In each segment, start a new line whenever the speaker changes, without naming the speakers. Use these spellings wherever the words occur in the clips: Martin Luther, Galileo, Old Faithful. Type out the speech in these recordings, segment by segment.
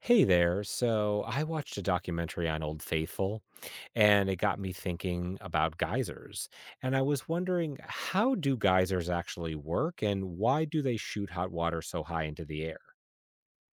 Hey there. So I watched a documentary on Old Faithful and it got me thinking about geysers. And I was wondering, how do geysers actually work and why do they shoot hot water so high into the air?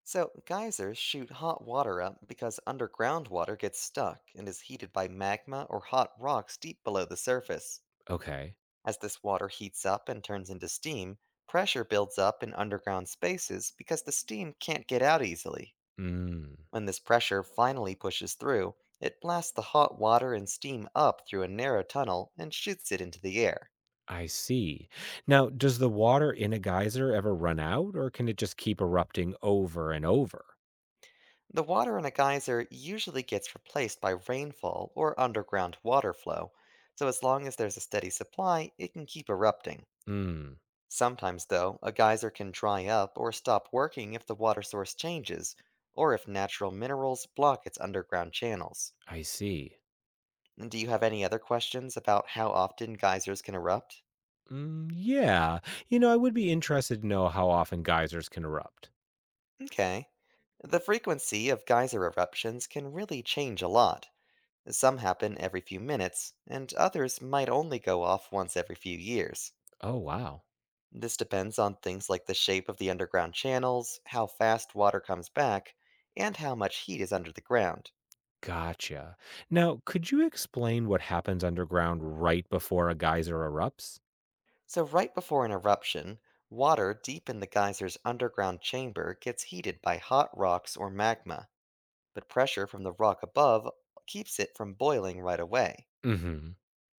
So, geysers shoot hot water up because underground water gets stuck and is heated by magma or hot rocks deep below the surface.
Okay.
As this water heats up and turns into steam, pressure builds up in underground spaces because the steam can't get out easily.
Mm.
When this pressure finally pushes through, it blasts the hot water and steam up through a narrow tunnel and shoots it into the air.
I see. Now, does the water in a geyser ever run out, or can it just keep erupting over and over?
The water in a geyser usually gets replaced by rainfall or underground water flow, so as long as there's a steady supply, it can keep erupting.
Mm.
Sometimes, though, a geyser can dry up or stop working if the water source changes, or if natural minerals block its underground channels.
I see.
Do you have any other questions about how often geysers can erupt?
Mm, yeah. I would be interested to know how often geysers can erupt.
Okay. The frequency of geyser eruptions can really change a lot. Some happen every few minutes, and others might only go off once every few years.
Oh, wow.
This depends on things like the shape of the underground channels, how fast water comes back, and how much heat is under the ground.
Gotcha. Now, could you explain what happens underground right before a geyser erupts?
So, right before an eruption, water deep in the geyser's underground chamber gets heated by hot rocks or magma, but pressure from the rock above keeps it from boiling right away.
Hmm.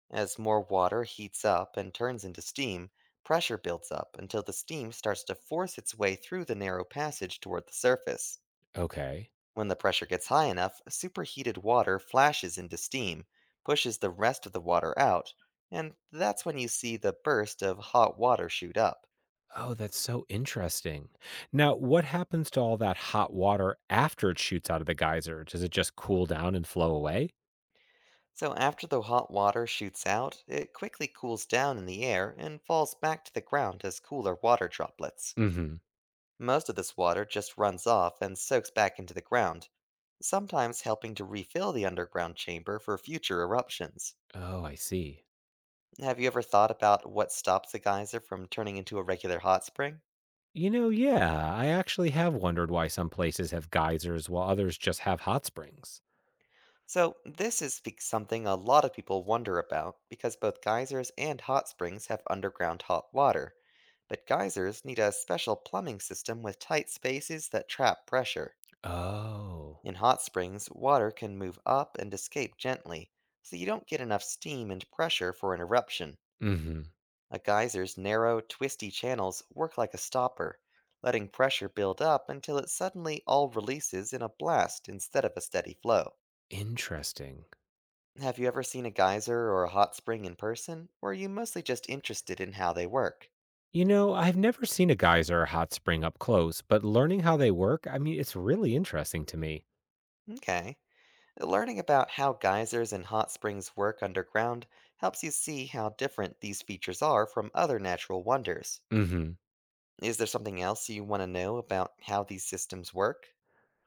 As more water heats up and turns into steam, pressure builds up until the steam starts to force its way through the narrow passage toward the surface.
Okay.
When the pressure gets high enough, superheated water flashes into steam, pushes the rest of the water out, and that's when you see the burst of hot water shoot up.
Oh, that's so interesting. Now, what happens to all that hot water after it shoots out of the geyser? Does it just cool down and flow away?
So, after the hot water shoots out, it quickly cools down in the air and falls back to the ground as cooler water droplets.
Hmm.
Most of this water just runs off and soaks back into the ground, sometimes helping to refill the underground chamber for future eruptions.
Oh, I see.
Have you ever thought about what stops a geyser from turning into a regular hot spring?
You know, yeah, I actually have wondered why some places have geysers while others just have hot springs.
So, this is something a lot of people wonder about because both geysers and hot springs have underground hot water. But geysers need a special plumbing system with tight spaces that trap pressure.
Oh.
In hot springs, water can move up and escape gently, so you don't get enough steam and pressure for an eruption.
Hmm.
A geyser's narrow, twisty channels work like a stopper, letting pressure build up until it suddenly all releases in a blast instead of a steady flow.
Interesting.
Have you ever seen a geyser or a hot spring in person, or are you mostly just interested in how they work?
You know, I've never seen a geyser or hot spring up close, but learning how they work, I mean, it's really interesting to me.
Okay. Learning about how geysers and hot springs work underground helps you see how different these features are from other natural wonders.
Hmm.
Is there something else you want to know about how these systems work?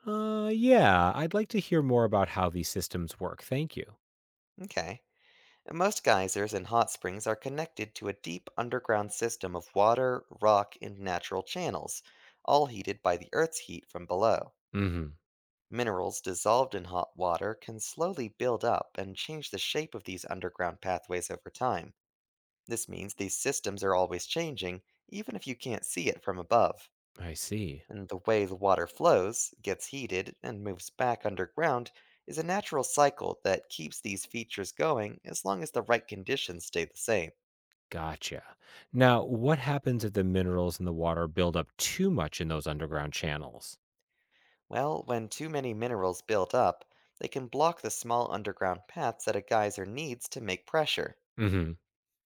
Yeah, I'd like to hear more about how these systems work. Thank you.
Okay. Most geysers and hot springs are connected to a deep underground system of water, rock, and natural channels, all heated by the Earth's heat from below.
Hmm.
Minerals dissolved in hot water can slowly build up and change the shape of these underground pathways over time. This means these systems are always changing, even if you can't see it from above.
I see.
And the way the water flows, gets heated, and moves back underground is a natural cycle that keeps these features going as long as the right conditions stay the same.
Gotcha. Now, what happens if the minerals in the water build up too much in those underground channels?
Well, when too many minerals build up, they can block the small underground paths that a geyser needs to make pressure.
Hmm.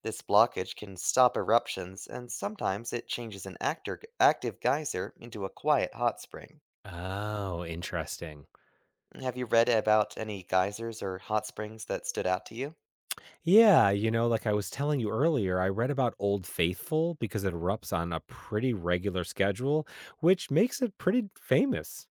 This blockage can stop eruptions, and sometimes it changes an active geyser into a quiet hot spring.
Oh, interesting.
Have you read about any geysers or hot springs that stood out to you?
Yeah, you know, like I was telling you earlier, I read about Old Faithful because it erupts on a pretty regular schedule, which makes it pretty famous.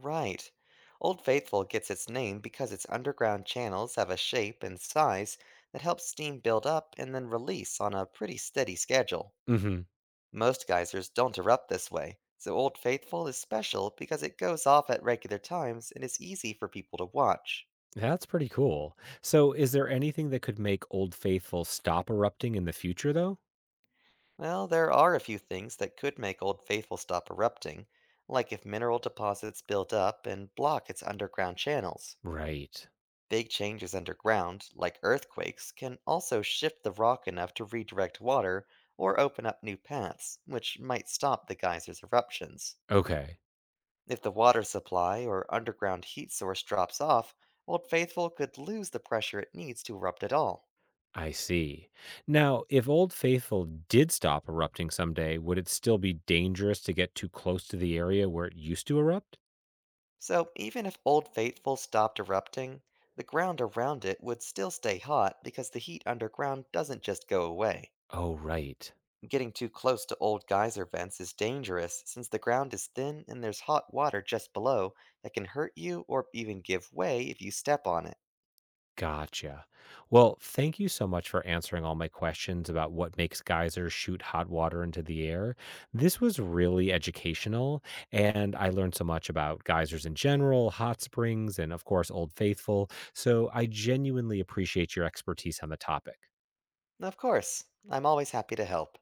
Right. Old Faithful gets its name because its underground channels have a shape and size that helps steam build up and then release on a pretty steady schedule.
Hmm.
Most geysers don't erupt this way, so Old Faithful is special because it goes off at regular times and is easy for people to watch.
That's pretty cool. So, is there anything that could make Old Faithful stop erupting in the future, though?
Well, there are a few things that could make Old Faithful stop erupting, like if mineral deposits build up and block its underground channels.
Right.
Big changes underground, like earthquakes, can also shift the rock enough to redirect water or open up new paths, which might stop the geyser's eruptions.
Okay.
If the water supply or underground heat source drops off, Old Faithful could lose the pressure it needs to erupt at all.
I see. Now, if Old Faithful did stop erupting someday, would it still be dangerous to get too close to the area where it used to erupt?
So, even if Old Faithful stopped erupting, the ground around it would still stay hot because the heat underground doesn't just go away.
Oh, right.
Getting too close to old geyser vents is dangerous since the ground is thin and there's hot water just below that can hurt you or even give way if you step on it.
Gotcha. Well, thank you so much for answering all my questions about what makes geysers shoot hot water into the air. This was really educational, and I learned so much about geysers in general, hot springs, and of course, Old Faithful. So I genuinely appreciate your expertise on the topic.
Of course, I'm always happy to help.